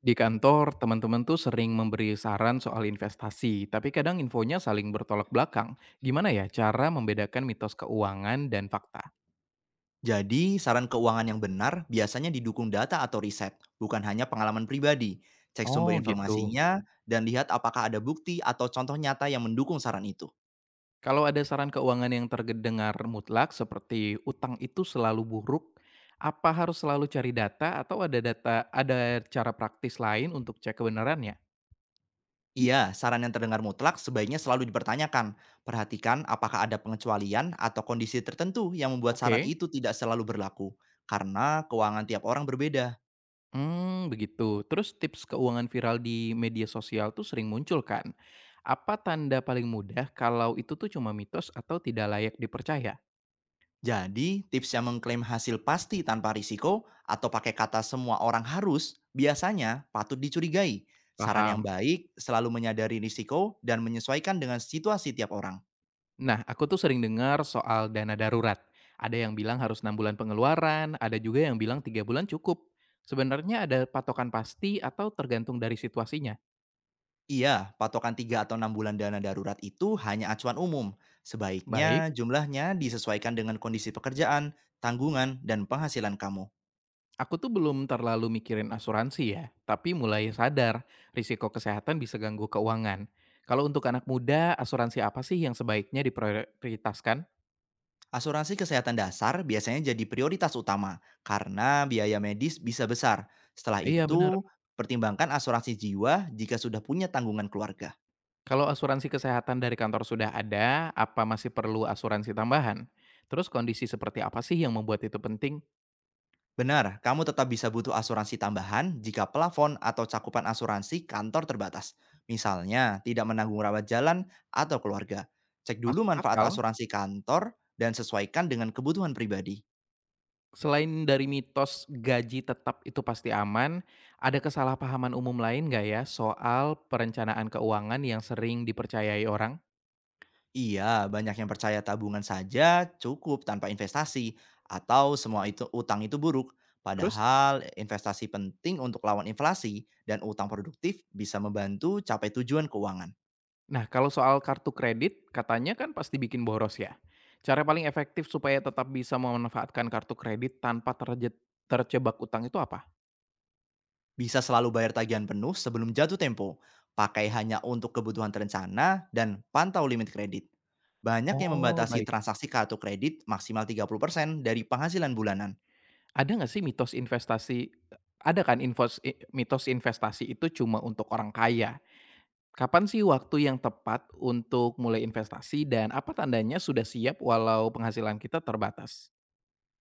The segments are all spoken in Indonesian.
Di kantor, teman-teman tuh sering memberi saran soal investasi, tapi kadang infonya saling bertolak belakang. Gimana ya cara membedakan mitos keuangan dan fakta? Jadi, saran keuangan yang benar biasanya didukung data atau riset, bukan hanya pengalaman pribadi. Cek sumber Oh gitu. informasinya dan lihat apakah ada bukti atau contoh nyata yang mendukung saran itu. Kalau ada saran keuangan yang terdengar mutlak seperti utang itu selalu buruk, apa harus selalu cari data atau ada cara praktis lain untuk cek kebenarannya? Iya, saran yang terdengar mutlak sebaiknya selalu dipertanyakan. Perhatikan apakah ada pengecualian atau kondisi tertentu yang membuat saran Oke. itu tidak selalu berlaku, karena keuangan tiap orang berbeda. Begitu. Terus tips keuangan viral di media sosial tuh sering muncul kan? Apa tanda paling mudah kalau itu tuh cuma mitos atau tidak layak dipercaya? Jadi, tips yang mengklaim hasil pasti tanpa risiko atau pakai kata semua orang harus biasanya patut dicurigai. Saran yang Paham. baik selalu menyadari risiko dan menyesuaikan dengan situasi tiap orang. Nah, aku tuh sering dengar soal dana darurat. Ada yang bilang harus 6 bulan pengeluaran, ada juga yang bilang 3 bulan cukup. Sebenarnya ada patokan pasti atau tergantung dari situasinya? Iya, patokan 3 atau 6 bulan dana darurat itu hanya acuan umum. Sebaiknya Baik. jumlahnya disesuaikan dengan kondisi pekerjaan, tanggungan, dan penghasilan kamu. Aku tuh belum terlalu mikirin asuransi ya, tapi mulai sadar risiko kesehatan bisa ganggu keuangan. Kalau untuk anak muda, asuransi apa sih yang sebaiknya diprioritaskan? Asuransi kesehatan dasar biasanya jadi prioritas utama karena biaya medis bisa besar. Setelah Iya benar. itu, pertimbangkan asuransi jiwa jika sudah punya tanggungan keluarga. Kalau asuransi kesehatan dari kantor sudah ada, apa masih perlu asuransi tambahan? Terus kondisi seperti apa sih yang membuat itu penting? Benar, kamu tetap bisa butuh asuransi tambahan jika plafon atau cakupan asuransi kantor terbatas. Misalnya, tidak menanggung rawat jalan atau keluarga. Cek dulu Masuk manfaat akal? asuransi kantor dan sesuaikan dengan kebutuhan pribadi. Selain dari mitos gaji tetap itu pasti aman, ada kesalahpahaman umum lain nggak ya soal perencanaan keuangan yang sering dipercayai orang? Iya, banyak yang percaya tabungan saja cukup tanpa investasi atau semua utang itu buruk. Terus Padahal investasi penting untuk lawan inflasi dan utang produktif bisa membantu capai tujuan keuangan. Nah, kalau soal kartu kredit, katanya kan pasti bikin boros ya. Cara paling efektif supaya tetap bisa memanfaatkan kartu kredit tanpa terjebak utang itu apa? Bisa selalu bayar tagihan penuh sebelum jatuh tempo. Pakai hanya untuk kebutuhan terencana dan pantau limit kredit. Banyak yang Oh, membatasi baik. transaksi kartu kredit maksimal 30% dari penghasilan bulanan. Ada nggak sih mitos investasi ada kan infos i mitos investasi itu cuma untuk orang kaya? Kapan sih waktu yang tepat untuk mulai investasi dan apa tandanya sudah siap walau penghasilan kita terbatas?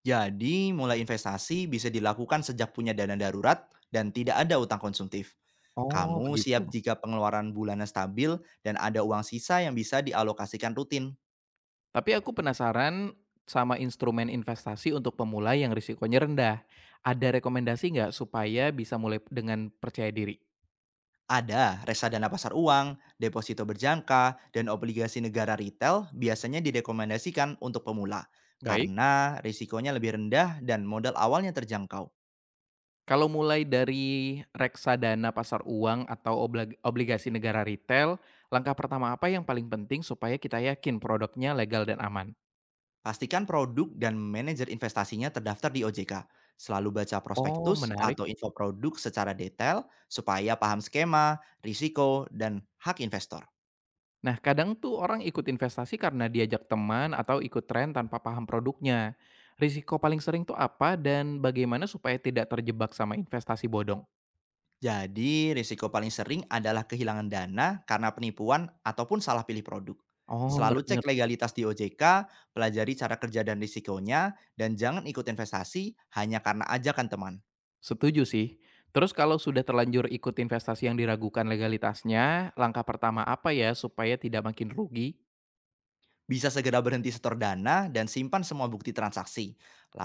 Jadi, mulai investasi bisa dilakukan sejak punya dana darurat dan tidak ada utang konsumtif. Oh, Kamu begitu. siap jika pengeluaran bulanan stabil dan ada uang sisa yang bisa dialokasikan rutin. Tapi aku penasaran sama instrumen investasi untuk pemula yang risikonya rendah. Ada rekomendasi nggak supaya bisa mulai dengan percaya diri? Ada reksadana pasar uang, deposito berjangka, dan obligasi negara retail biasanya direkomendasikan untuk pemula Baik, karena risikonya lebih rendah dan modal awalnya terjangkau. kalau mulai dari reksadana pasar uang atau obligasi negara retail, langkah pertama apa yang paling penting supaya kita yakin produknya legal dan aman? Pastikan produk dan manajer investasinya terdaftar di OJK. Selalu baca Oh, prospektus menarik. atau info produk secara detail supaya paham skema, risiko, dan hak investor. Nah, kadang tuh orang ikut investasi karena diajak teman atau ikut tren tanpa paham produknya. Risiko paling sering tuh apa dan bagaimana supaya tidak terjebak sama investasi bodong? Jadi, risiko paling sering adalah kehilangan dana karena penipuan ataupun salah pilih produk. Oh, mhm. Selalu Ngerti, cek ngerti. legalitas di OJK, pelajari cara kerja dan risikonya, dan jangan ikut investasi hanya karena ajakan teman. Setuju sih. Terus kalau sudah terlanjur ikut investasi yang diragukan legalitasnya, langkah pertama apa ya supaya tidak makin rugi? Bisa segera berhenti setor dana dan simpan semua bukti transaksi.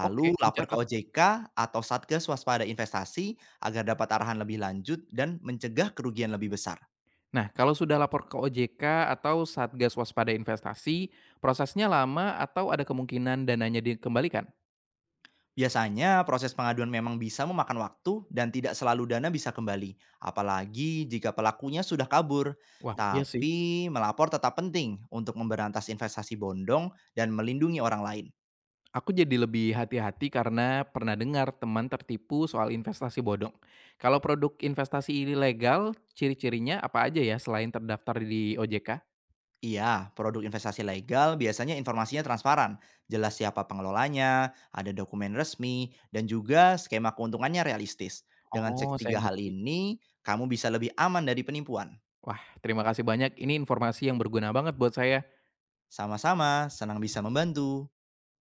Oke, lapor ke dicatat. OJK atau Satgas Waspada Investasi agar dapat arahan lebih lanjut dan mencegah kerugian lebih besar. Nah, kalau sudah lapor ke OJK atau Satgas Waspada Investasi, prosesnya lama atau ada kemungkinan dananya dikembalikan? Biasanya proses pengaduan memang bisa memakan waktu dan tidak selalu dana bisa kembali, apalagi jika pelakunya sudah kabur. Wah, iya sih. Tapi melapor tetap penting untuk memberantas investasi bondong dan melindungi orang lain. Aku jadi lebih hati-hati karena pernah dengar teman tertipu soal investasi bodong. Kalau produk investasi ilegal, ciri-cirinya apa aja ya selain terdaftar di OJK? Iya, produk investasi legal biasanya informasinya transparan, jelas siapa pengelolanya, ada dokumen resmi, dan juga skema keuntungannya realistis. Dengan Oh, cek saya tiga hal ngerti. ini, kamu bisa lebih aman dari penipuan. Wah, terima kasih banyak. Ini informasi yang berguna banget buat saya. Sama-sama, senang bisa membantu.